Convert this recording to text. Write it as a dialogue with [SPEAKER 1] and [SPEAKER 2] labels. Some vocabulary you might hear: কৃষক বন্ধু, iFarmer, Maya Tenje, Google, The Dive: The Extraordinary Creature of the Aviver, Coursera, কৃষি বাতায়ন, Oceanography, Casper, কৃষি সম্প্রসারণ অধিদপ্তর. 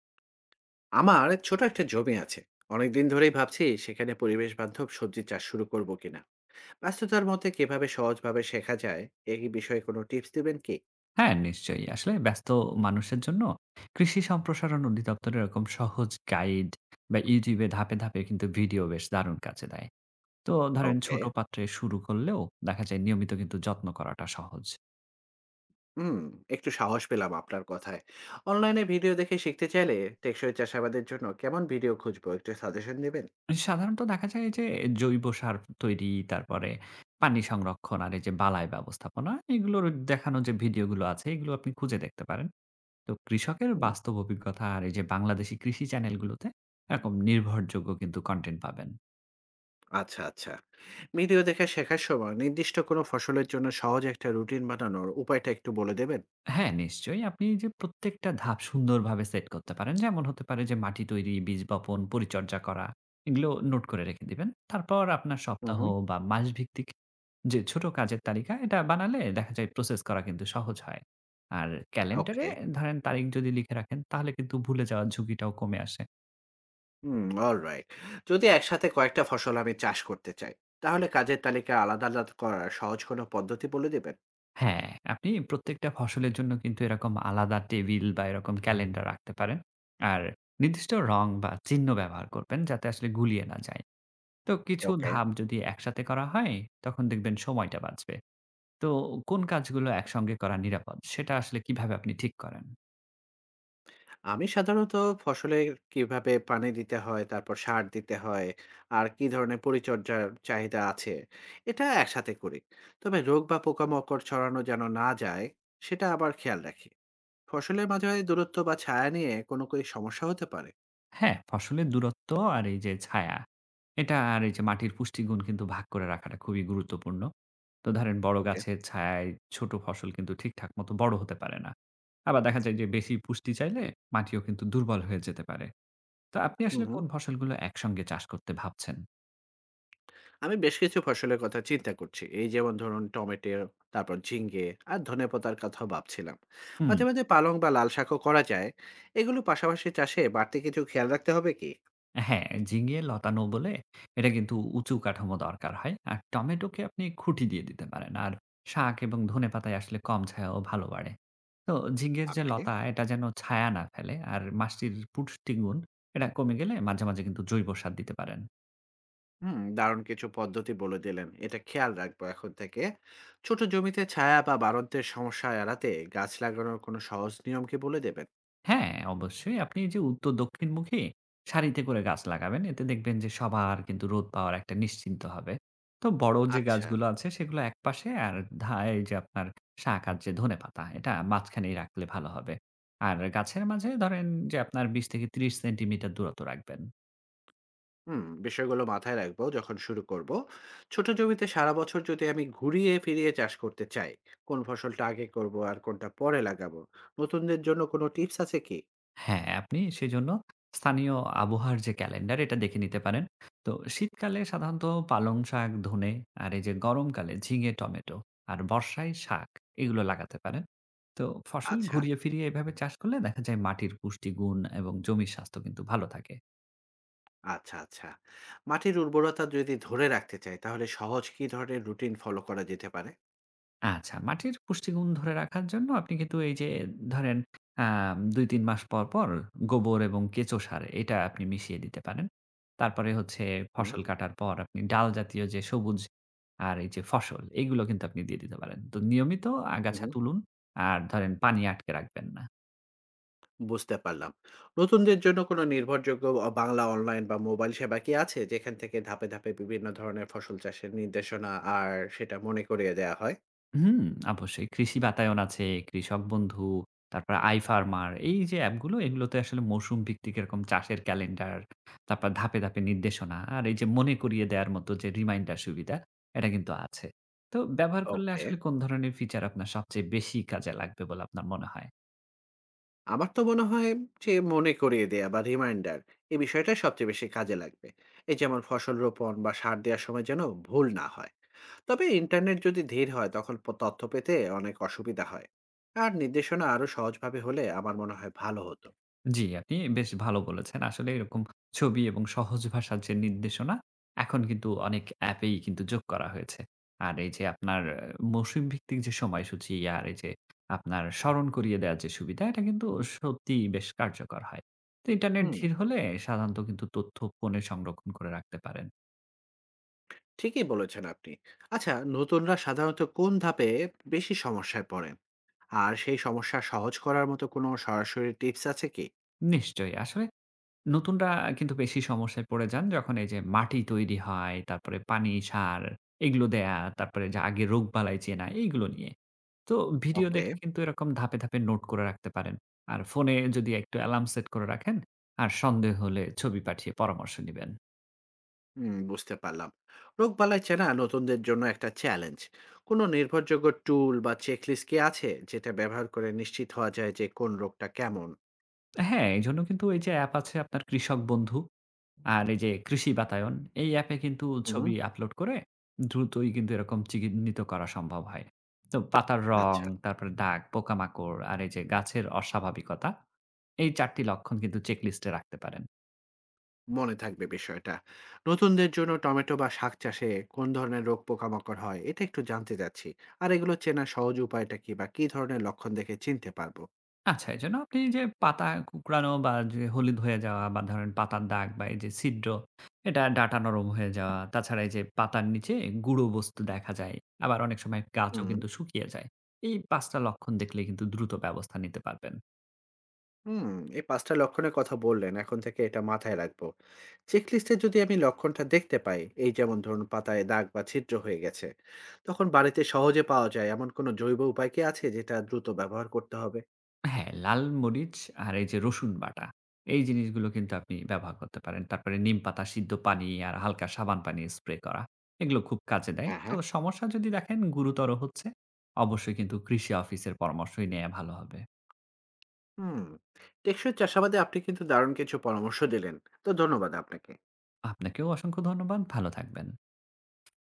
[SPEAKER 1] আমার ছোট একটা জমি আছে। অনেকদিন ধরেই ভাবছি সেখানে পরিবেশ বান্ধব সবজি চাষ শুরু করব কিনা। ব্যস্ততার মধ্যে কিভাবে সহজভাবে শেখা যায়, এই বিষয়ে কোনো টিপস দিবেন কি?
[SPEAKER 2] হ্যাঁ, নিশ্চয়ই। আসলে ব্যস্ত মানুষের জন্য কৃষি সম্প্রসারণ অধিদপ্তরের এরকম সহজ গাইড বা YouTube এ ধাপে, ধাপে কিন্তু ভিডিও বেশ দারুণ কাজে দেয়। তো ধরেন
[SPEAKER 1] ওকে।
[SPEAKER 2] ছোট পাত্রে শুরু করলেও দেখা যায় নিয়মিত কিন্তু যত্ন করাটা সহজ।
[SPEAKER 1] হুম। একটু সাহস পেলাম আপনার কথায়। অনলাইনে ভিডিও দেখে শিখতে চাইলে টেকসই চাষাবাদের জন্য কেমন ভিডিও খুঁজবো, একটু সাজেশন দিবেন?
[SPEAKER 2] সাধারণত দেখা যায় যে জৈব সার তৈরি, তারপরে পানি সংরক্ষণ আর এই যে বালাই ব্যবস্থাপনা এগুলোর দেখানো যে ভিডিওগুলো আছে এগুলো আপনি খুঁজে দেখতে পারেন। তো কৃষকের
[SPEAKER 1] হুম।
[SPEAKER 2] বাস্তব অভিজ্ঞতা আর এই যে বাংলাদেশী কৃষি চ্যানেলগুলোতে এরকম নির্ভরযোগ্য কিন্তু কনটেন্ট পাবেন।
[SPEAKER 1] আচ্ছা আচ্ছা। ভিডিও দেখে শেখার সময় নির্দিষ্ট কোনো ফসলের জন্য সহজ একটা রুটিন বানানোর উপায়টা একটু বলে দেবেন?
[SPEAKER 2] হ্যাঁ, নিশ্চয়ই। আপনি যে প্রত্যেকটা ধাপ সুন্দরভাবে সেট করতে পারেন। যেমন হতে পারে যে মাটি তৈরি, বীজ বপন, পরিচর্যা করা এগুলো নোট করে রেখে দিবেন। তারপর আপনার সপ্তাহ
[SPEAKER 1] হুম।
[SPEAKER 2] বা মাসভিত্তিক যে ছোট কাজের তালিকা এটা বানালে দেখা যায় প্রসেস করা কিন্তু সহজ হয়। আর ক্যালেন্ডারে
[SPEAKER 1] ওকে।
[SPEAKER 2] ধরেন তারিখ যদি লিখে রাখেন তাহলে কিন্তু ভুলে যাওয়ার ঝুঁকিটাও কমে আসে।
[SPEAKER 1] হুম, অলরাইট। যদি একসাথে কয়েকটা ফসল আমি চাষ করতে চাই, তাহলে কাজের তালিকা আলাদা, আলাদা করার সহজ কোনো পদ্ধতি বলে দেবেন?
[SPEAKER 2] হ্যাঁ, আপনি প্রত্যেকটা ফসলের জন্য কিন্তু এরকম আলাদা টেবিল বা এরকম ক্যালেন্ডার রাখতে পারেন। আর নির্দিষ্ট রং বা চিহ্ন ব্যবহার করবেন যাতে আসলে গুলিয়ে না যায়। তো কিছু
[SPEAKER 1] ওকে।
[SPEAKER 2] ধাপ যদি একসাথে করা হয়, তখন দেখবেন সময়টা বাঁচবে। তো কোন কাজগুলো একসঙ্গে করা নিরাপদ, সেটা আসলে কিভাবে আপনি ঠিক করেন?
[SPEAKER 1] আমি সাধারণত ফসলে কিভাবে পানি দিতে হয়, তারপর সার দিতে হয়, আর কি ধরনের পরিচর্যার চাহিদা আছে, এটা একসাথে করি। তবে রোগ বা পোকামাকড় ছড়ানো যেন না যায়, সেটা আবার খেয়াল রাখি। ফসলের মাঝে দূরত্ব বা ছায়া নিয়ে কোনো কি সমস্যা হতে পারে?
[SPEAKER 2] হ্যাঁ, ফসলের দূরত্ব আর এই যে ছায়া, এটা আর এই যে মাটির পুষ্টিগুণ কিন্তু ভাগ করে রাখাটা খুবই গুরুত্বপূর্ণ। তো ধরেন বড়
[SPEAKER 1] ওকে।
[SPEAKER 2] গাছের ছায়ায় ছোট ফসল কিন্তু ঠিকঠাক মতো বড় হতে পারে না। আবার দেখা যায় যে বেশি পুষ্টি চাইলে মাটিও কিন্তু দুর্বল হয়ে যেতে পারে। তো আপনি
[SPEAKER 1] হুম,
[SPEAKER 2] আসলে
[SPEAKER 1] হুম।
[SPEAKER 2] কোন ফসলগুলো একসঙ্গে চাষ করতে ভাবছেন?
[SPEAKER 1] আমি বেশ কিছু ফসলের কথা চিন্তা করছি, এই যেমন ধরুন টমেটো, তারপর ঝিঙ্গে আর ধনেপাতার কথা ভাবছিলাম।
[SPEAKER 2] হুম।
[SPEAKER 1] মাঝে মাঝে পালং বা লাল শাকও করা যায়। এগুলো পাশাপাশি চাষে বাড়তি কিছু খেয়াল রাখতে হবে কি?
[SPEAKER 2] হ্যাঁ, ঝিঙে লতানো বলে এটা কিন্তু উঁচু কাঠামো দরকার হয়। আর টমেটোকে আপনি খুঁটি দিয়ে দিতে পারেন। আর শাক এবং ধনেপাতায় আসলে কম ছায়াও ভালো বাড়ে। তো ঝিঙের যে
[SPEAKER 1] আপনি।
[SPEAKER 2] লতা এটা যেন ছায়া না ফেলে। আর মাছটির পুষ্টিগুণ এটা কমে গেলে মাঝে, মাঝে কিন্তু জৈব সার দিতে পারেন।
[SPEAKER 1] হুম, দারুণ কিছু পদ্ধতি বলে দিলেন, এটা খেয়াল রাখবো এখন থেকে। ছোট জমিতে ছায়া বা বাড়ন্তের সমস্যা এড়াতে গাছ লাগানোর কোনো সহজ নিয়ম কি বলে দেবেন?
[SPEAKER 2] হ্যাঁ, অবশ্যই আপনি এই যে উত্তর দক্ষিণমুখী সারিতে করে গাছ লাগাবেন। এতে দেখবেন যে সবার কিন্তু রোদ পাওয়ার একটা নিশ্চিন্ত হবে। তো বড় যে
[SPEAKER 1] আচ্ছা।
[SPEAKER 2] গাছগুলো আছে সেগুলো একপাশে আর এই যে আপনার শাক আর যে ধনেপাতা এটা মাঝখানেই রাখলে ভালো হবে। আর গাছের মাঝে ধরেন যে আপনার ২০ থেকে ৩০ সেন্টিমিটার দূরত্ব রাখবেন।
[SPEAKER 1] হুম, বিষয়গুলো মাথায় রাখবো যখন শুরু করব। ছোট জমিতে সারা বছর যদি আমি ঘুরিয়ে ফিরিয়ে চাষ করতে চাই, কোন ফসলটা আগে করব আর কোনটা পরে লাগাবো, নতুনদের জন্য কোনো টিপস আছে কি?
[SPEAKER 2] হ্যাঁ, আপনি সেজন্য স্থানীয় আবহাওয়ার যে ক্যালেন্ডার এটা দেখে নিতে পারেন। তো শীতকালে সাধারণত পালং শাক, ধনে আর এই যে গরমকালে ঝিঙে, টমেটো আর বর্ষায় শাক এগুলো লাগাতে পারেন। তো ফসল
[SPEAKER 1] আচ্ছা।
[SPEAKER 2] ঘুরিয়ে ফিরিয়ে এভাবে চাষ করলে দেখা যায় মাটির পুষ্টিগুণ এবং জমির স্বাস্থ্য কিন্তু ভালো থাকে।
[SPEAKER 1] আচ্ছা আচ্ছা। মাটির উর্বরতা যদি ধরে রাখতে চাই, তাহলে সহজ কি ধরনের রুটিন ফলো করা যেতে পারে?
[SPEAKER 2] আচ্ছা, মাটির পুষ্টিগুণ ধরে রাখার জন্য আপনি কিন্তু এই যে ধরেন আ ২-৩ মাস পর, পর গোবর এবং কেঁচো সার এটা আপনি মিশিয়ে দিতে পারেন। তারপরে হচ্ছে
[SPEAKER 1] হুম।
[SPEAKER 2] ফসল কাটার পর আপনি ডাল জাতীয় যে সবুজ আর এই যে ফসল, এগুলো কিন্তু আপনি দিয়ে দিতে পারেন। তো নিয়মিত আগাছা
[SPEAKER 1] হুম,
[SPEAKER 2] তুলুন আর ধরেন পানি আটকে রাখবেন না।
[SPEAKER 1] বুঝতে পারলাম। নতুনদের জন্য কোনো নির্ভরযোগ্য বাংলা অনলাইন বা মোবাইল সেবা কি আছে যেখান থেকে ধাপে ধাপে বিভিন্ন ধরনের ফসল চাষের নির্দেশনা আর সেটা মনে করিয়ে দেওয়া হয়?
[SPEAKER 2] হুম, অবশ্যই। কৃষি বাতায়ন আছে, কৃষক বন্ধু, তারপর iFarmer এই যে অ্যাপগুলো এগুলোতে আসলে মৌসুম ভিত্তিক এরকম চাষের ক্যালেন্ডার, তারপর ধাপে, ধাপে নির্দেশনা আর এই যে মনে করিয়ে দেওয়ার মতো যে রিমাইন্ডার সুবিধা এটা কিন্তু আছে। তো ব্যবহার করলে
[SPEAKER 1] ওকে।
[SPEAKER 2] আসলে কোন ধরনের ফিচার আপনার সবচেয়ে বেশি কাজে লাগবে বলে আপনার মনে হয়?
[SPEAKER 1] আমার তো মনে হয় যে মনে করিয়ে দেয়া বা রিমাইন্ডার, এই বিষয়টা সবচেয়ে বেশি কাজে লাগবে। এই যেমন ফসল রোপণ বা সার দেওয়ার সময় যেন ভুল না হয়। তবে ইন্টারনেট যদি ধীর হয়, তখন তথ্য পেতে অনেক অসুবিধা হয়। আর নির্দেশনা আরো সহজভাবে হলে আমার মনে হয় ভালো হতো।
[SPEAKER 2] জি, আপনি বেশ ভালো বলেছেন। আসলে এরকম ছবি এবং সহজ ভাষার যে নির্দেশনা, এখন কিন্তু অনেক অ্যাপেই কিন্তু যোগ করা হয়েছে। আর এই যে আপনার মৌসুম ভিত্তিক যে সময়সূচি আর এই যে আপনার স্মরণ করিয়ে দেওয়ার যে সুবিধা, এটা কিন্তু সত্যিই বেশ কার্যকর হয়। তো ইন্টারনেট
[SPEAKER 1] হুম।
[SPEAKER 2] ধীর হলে সাধারণত কিন্তু তথ্য ফোনে সংরক্ষণ করে রাখতে পারেন।
[SPEAKER 1] ঠিকই বলেছেন আপনি। আচ্ছা, নতুনরা সাধারণত কোন ধাপে বেশি সমস্যায় পড়েন, আর সেই সমস্যা সহজ করার মতো কোনো সরাসরি টিপস আছে কি?
[SPEAKER 2] নিশ্চয়ই। আসলে নতুনরা কিন্তু বেশি সমস্যায় পড়ে যান যখন এই যে মাটি তৈরি হয়, তারপরে পানি, সার এগুলো দেয়া, তারপরে যে আগে রোগবালাই চেনা এইগুলো নিয়ে। তো ভিডিও
[SPEAKER 1] ওকে।
[SPEAKER 2] দেখে কিন্তু এরকম ধাপে, ধাপে নোট করে রাখতে পারেন। আর ফোনে যদি একটু অ্যালার্ম সেট করে রাখেন, আর সন্দেহ হলে ছবি পাঠিয়ে পরামর্শ নিবেন।
[SPEAKER 1] হুম, বুঝতে পারলাম। রোগবালাই চেনা নতুনদের জন্য একটা চ্যালেঞ্জ। কোনো নির্ভরযোগ্য টুল বা চেকলিস্ট কি আছে, যেটা ব্যবহার করে নিশ্চিত হওয়া যায় যে কোন রোগটা কেমন?
[SPEAKER 2] হ্যাঁ, এজন্য কিন্তু এই যে অ্যাপ আছে আপনার কৃষক বন্ধু আর এই যে কৃষি বাতায়ন, এই অ্যাপে কিন্তু
[SPEAKER 1] হুম।
[SPEAKER 2] ছবি আপলোড করে দ্রুতই কিন্তু এরকম চিহ্নিত করা সম্ভব হয়। তো পাতার রং,
[SPEAKER 1] আচ্ছা,
[SPEAKER 2] তারপরে দাগ, পোকামাকড় আর এই যে গাছের অস্বাভাবিকতা, এই ৪ টি লক্ষণ কিন্তু চেকলিস্টে রাখতে পারেন।
[SPEAKER 1] মনে থাকবে বিষয়টা। নতুনদের জন্য টমেটো বা শাক চাষে কোন ধরনের রোগ পোকামাকড় হয়, এটা একটু জানতে চাচ্ছি। আর এগুলো চেনার সহজ উপায়টা কি বা কি ধরনের লক্ষণ দেখে চিনতে পারবো?
[SPEAKER 2] আচ্ছা, এজন্য আপনি যে পাতা কুঁকড়ানো বা যে হলুদ হয়ে যাওয়া বা ধরেন পাতার দাগ বা এই যে ছিদ্র, এটা ডাটা নরম হয়ে যাওয়া, তাছাড়া এই যে পাতার নিচে গুঁড়ো বস্তু দেখা যায়, আবার অনেক সময় গাছও
[SPEAKER 1] হুম।
[SPEAKER 2] কিন্তু শুকিয়ে যায়। এই ৫ টা লক্ষণ দেখলে কিন্তু দ্রুত ব্যবস্থা নিতে পারবেন।
[SPEAKER 1] হুম, এই ৫ টা লক্ষণের কথা বললেন, এখন থেকে এটা মাথায় রাখবো। চেকলিস্টে যদি আমি লক্ষণটা দেখতে পাই, এই যেমন ধরুন পাতায় দাগ বা ছিদ্র হয়ে গেছে, তখন বাড়িতে সহজে পাওয়া যায় এমন কোনো জৈব উপায় কি আছে যেটা দ্রুত ব্যবহার করতে হবে?
[SPEAKER 2] হ্যাঁ, লাল মরিচ আর এই যে রসুন বাটা, এই জিনিসগুলো কিন্তু আপনি ব্যবহার করতে পারেন। তারপরে নিমপাতা সিদ্ধ পানি আর হালকা সাবান পানি স্প্রে করা। এগুলো খুব কাজে দেয়।
[SPEAKER 1] হ্যাঁ,
[SPEAKER 2] তো
[SPEAKER 1] হ্যাঁ।
[SPEAKER 2] সমস্যা যদি দেখেন গুরুতর হচ্ছে, অবশ্যই কিন্তু কৃষি অফিসের পরামর্শই নেয়া ভালো হবে।
[SPEAKER 1] হুম, টেকসই চাষাবাদে আপনি কিন্তু দারুণ কিছু পরামর্শ দিলেন। তো ধন্যবাদ আপনাকে।
[SPEAKER 2] আপনাকেও অসংখ্য ধন্যবাদ। ভালো থাকবেন।